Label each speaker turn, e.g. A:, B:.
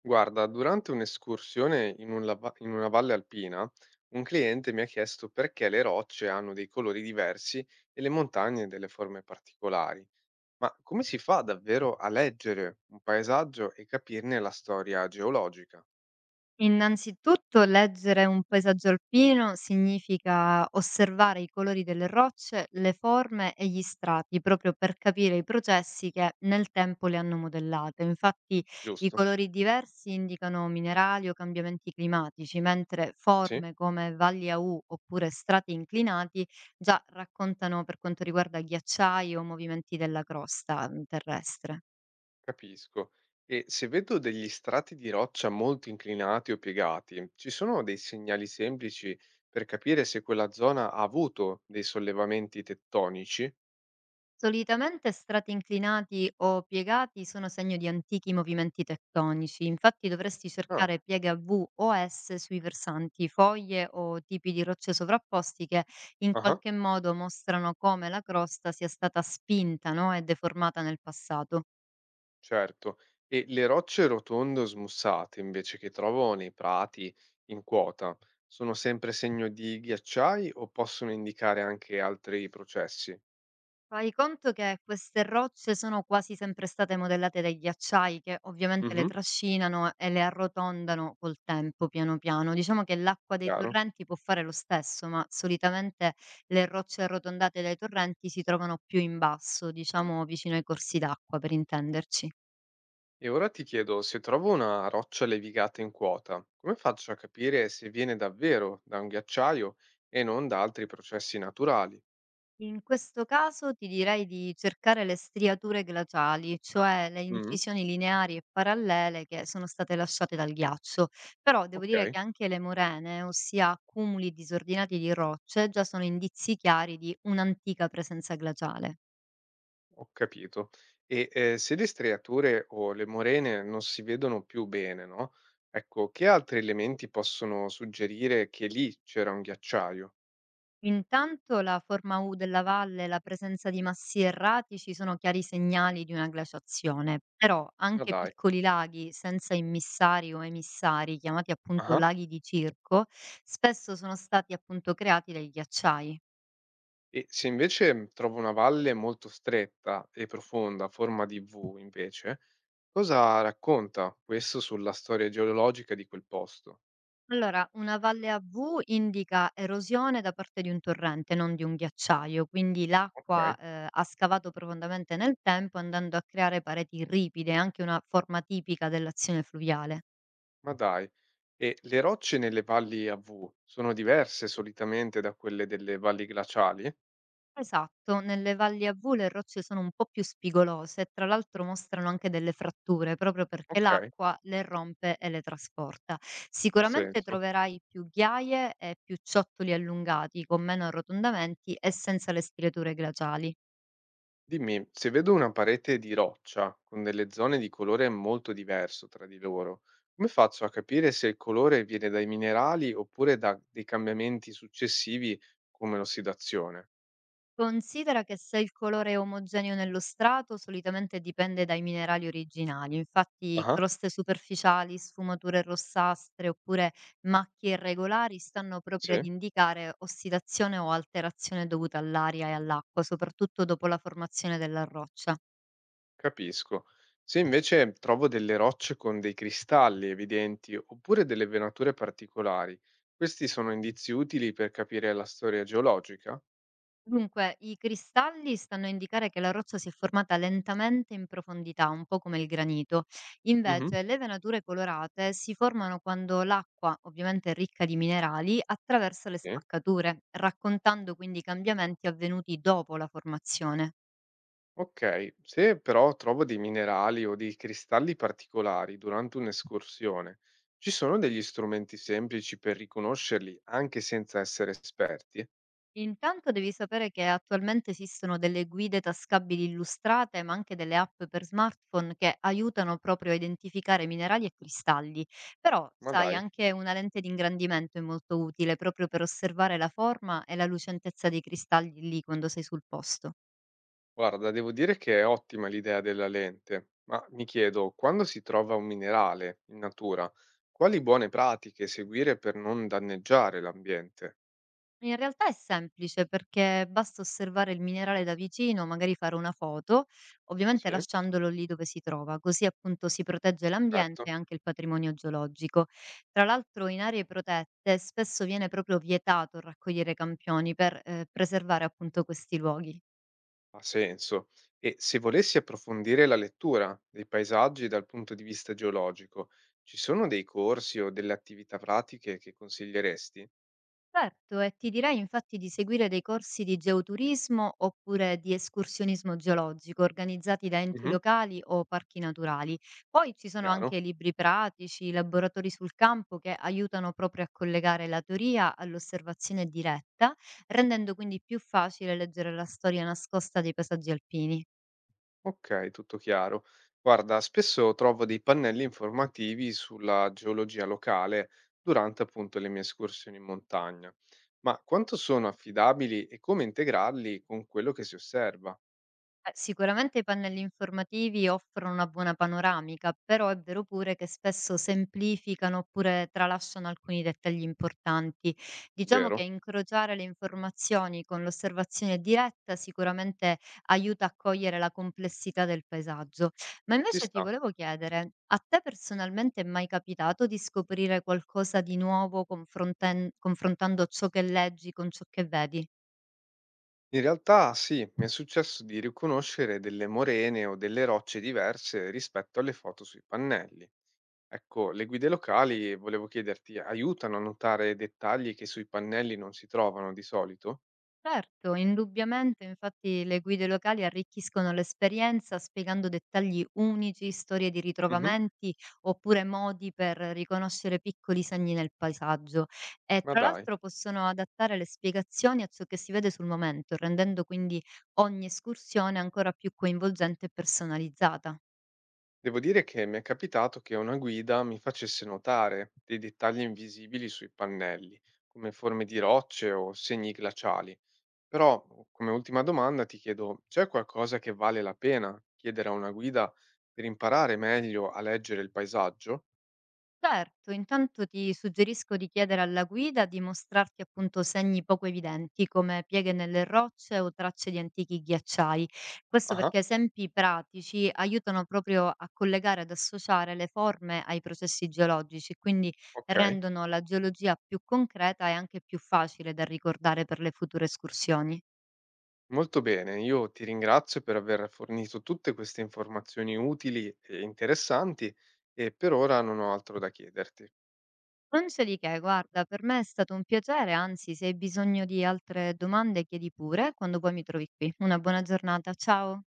A: Guarda, durante un'escursione in in una valle alpina, un cliente mi ha chiesto perché le rocce hanno dei colori diversi e le montagne delle forme particolari. Ma come si fa davvero a leggere un paesaggio e capirne la storia geologica?
B: Innanzitutto leggere un paesaggio alpino significa osservare i colori delle rocce, le forme e gli strati, proprio per capire i processi che nel tempo le hanno modellate. Infatti i
A: Giusto?
B: colori diversi indicano minerali o cambiamenti climatici, mentre
A: Sì,
B: forme come valli a U oppure strati inclinati già raccontano per quanto riguarda ghiacciai o movimenti della crosta terrestre.
A: capisco. E se vedo degli strati di roccia molto inclinati o piegati, ci sono dei segnali semplici per capire se quella zona ha avuto dei sollevamenti tettonici?
B: Solitamente strati inclinati o piegati sono segno di antichi movimenti tettonici, infatti dovresti
A: Ah,
B: cercare piega V o S sui versanti, foglie o tipi di rocce sovrapposti che in
A: ah.
B: qualche modo mostrano come la crosta sia stata spinta, no, e deformata nel passato.
A: Certo. E le rocce rotonde o smussate, invece, che trovo nei prati in quota, sono sempre segno di ghiacciai o possono indicare anche altri processi?
B: Fai conto che queste rocce sono quasi sempre state modellate dai ghiacciai che ovviamente le
A: Mhm.
B: trascinano e le arrotondano col tempo, piano piano. Diciamo che l'acqua dei
A: Chiaro?
B: torrenti può fare lo stesso, ma solitamente le rocce arrotondate dai torrenti si trovano più in basso, diciamo vicino ai corsi d'acqua, per intenderci.
A: E ora ti chiedo, se trovo una roccia levigata in quota, come faccio a capire se viene davvero da un ghiacciaio e non da altri processi naturali?
B: In questo caso ti direi di cercare le striature glaciali, cioè le
A: Mm,
B: incisioni lineari e parallele che sono state lasciate dal ghiaccio. Però devo dire
A: ok.
B: che anche le morene, ossia accumuli disordinati di rocce, già sono indizi chiari di un'antica presenza glaciale.
A: Ho capito. Se le striature o le morene non si vedono più bene, no, ecco, che altri elementi possono suggerire che lì c'era un ghiacciaio?
B: Intanto la forma U della valle e la presenza di massi erratici sono chiari segnali di una glaciazione, però
A: Ma
B: anche
A: dai.
B: piccoli laghi senza immissari o emissari, chiamati appunto
A: Ah-ah.
B: laghi di circo, spesso sono stati appunto creati dai ghiacciai.
A: E se invece trovo una valle molto stretta e profonda, a forma di V invece, cosa racconta questo sulla storia geologica di quel posto?
B: Allora, una valle a V indica erosione da parte di un torrente, non di un ghiacciaio, quindi
A: Okay,
B: l'acqua ha scavato profondamente nel tempo andando a creare pareti ripide, anche una forma tipica dell'azione fluviale.
A: ma dai. E le rocce nelle valli a V sono diverse solitamente da quelle delle valli glaciali?
B: Esatto, nelle valli a V le rocce sono un po' più spigolose e tra l'altro mostrano anche delle fratture, proprio perché
A: Okay.
B: l'acqua le rompe e le trasporta.
A: Ha
B: Sicuramente
A: senso.
B: troverai più ghiaie e più ciottoli allungati, con meno arrotondamenti e senza le striature glaciali.
A: Dimmi, se vedo una parete di roccia con delle zone di colore molto diverso tra di loro, come faccio a capire se il colore viene dai minerali oppure da dei cambiamenti successivi come l'ossidazione?
B: Considera che se il colore è omogeneo nello strato, solitamente dipende dai minerali originali. Infatti,
A: Ah,
B: croste superficiali, sfumature rossastre oppure macchie irregolari stanno
A: sì,
B: proprio ad indicare ossidazione o alterazione dovuta all'aria e all'acqua, soprattutto dopo la formazione della roccia.
A: capisco. Se invece trovo delle rocce con dei cristalli evidenti oppure delle venature particolari, questi sono indizi utili per capire la storia geologica?
B: Dunque, i cristalli stanno a indicare che la roccia si è formata lentamente in profondità, un po' come il granito.
A: Mhm,
B: Invece, le venature colorate si formano quando l'acqua, ovviamente ricca di minerali, attraversa le
A: Sì.
B: spaccature, raccontando quindi i cambiamenti avvenuti dopo la formazione.
A: Ok, se però trovo dei minerali o dei cristalli particolari durante un'escursione, ci sono degli strumenti semplici per riconoscerli anche senza essere esperti?
B: Intanto devi sapere che attualmente esistono delle guide tascabili illustrate, ma anche delle app per smartphone che aiutano proprio a identificare minerali e cristalli. Però,
A: Ma
B: sai,
A: dai,
B: anche una lente di ingrandimento è molto utile proprio per osservare la forma e la lucentezza dei cristalli lì quando sei sul posto.
A: guarda, devo dire che è ottima l'idea della lente, ma mi chiedo, quando si trova un minerale in natura, quali buone pratiche seguire per non danneggiare l'ambiente?
B: In realtà è semplice perché basta osservare il minerale da vicino, magari fare una foto, ovviamente
A: Sì,
B: lasciandolo lì dove si trova, così appunto si protegge l'ambiente e
A: certo.
B: anche il patrimonio geologico. Tra l'altro in aree protette spesso viene proprio vietato raccogliere campioni per preservare appunto questi luoghi.
A: Ha senso. E se volessi approfondire la lettura dei paesaggi dal punto di vista geologico, ci sono dei corsi o delle attività pratiche che consiglieresti?
B: Certo, e ti direi infatti di seguire dei corsi di geoturismo oppure di escursionismo geologico organizzati da enti
A: Mhm,
B: locali o parchi naturali. Poi ci sono
A: Chiaro?
B: anche libri pratici, laboratori sul campo che aiutano proprio a collegare la teoria all'osservazione diretta, rendendo quindi più facile leggere la storia nascosta dei paesaggi alpini.
A: Ok, tutto chiaro. Guarda, spesso trovo dei pannelli informativi sulla geologia locale durante appunto le mie escursioni in montagna. Ma quanto sono affidabili e come integrarli con quello che si osserva?
B: Sicuramente i pannelli informativi offrono una buona panoramica, però è vero pure che spesso semplificano oppure tralasciano alcuni dettagli importanti. Diciamo che
A: Vero?
B: incrociare le informazioni con l'osservazione diretta sicuramente aiuta a cogliere la complessità del paesaggio. Ma
A: Ci
B: invece
A: sta.
B: ti volevo chiedere, a te personalmente è mai capitato di scoprire qualcosa di nuovo confrontando ciò che leggi con ciò che vedi?
A: In realtà sì, mi è successo di riconoscere delle morene o delle rocce diverse rispetto alle foto sui pannelli. Ecco, le guide locali, volevo chiederti, aiutano a notare dettagli che sui pannelli non si trovano di solito?
B: Certo, indubbiamente, infatti le guide locali arricchiscono l'esperienza spiegando dettagli unici, storie di
A: Mhm.
B: ritrovamenti oppure modi per riconoscere piccoli segni nel paesaggio e
A: Ma
B: tra
A: dai,
B: l'altro possono adattare le spiegazioni a ciò che si vede sul momento, rendendo quindi ogni escursione ancora più coinvolgente e personalizzata.
A: devo dire che mi è capitato che una guida mi facesse notare dei dettagli invisibili sui pannelli, come forme di rocce o segni glaciali. Però, come ultima domanda, ti chiedo, c'è qualcosa che vale la pena chiedere a una guida per imparare meglio a leggere il paesaggio?
B: Certo, intanto ti suggerisco di chiedere alla guida di mostrarti appunto segni poco evidenti come pieghe nelle rocce o tracce di antichi ghiacciai. Questo
A: Ah,
B: perché esempi pratici aiutano proprio a collegare ed associare le forme ai processi geologici, quindi
A: ok,
B: rendono la geologia più concreta e anche più facile da ricordare per le future escursioni.
A: molto bene. Io ti ringrazio per aver fornito tutte queste informazioni utili e interessanti e per ora non ho altro da chiederti.
B: Non c'è di che, guarda, per me è stato un piacere, anzi, se hai bisogno di altre domande chiedi pure quando poi mi trovi qui. Una buona giornata, ciao!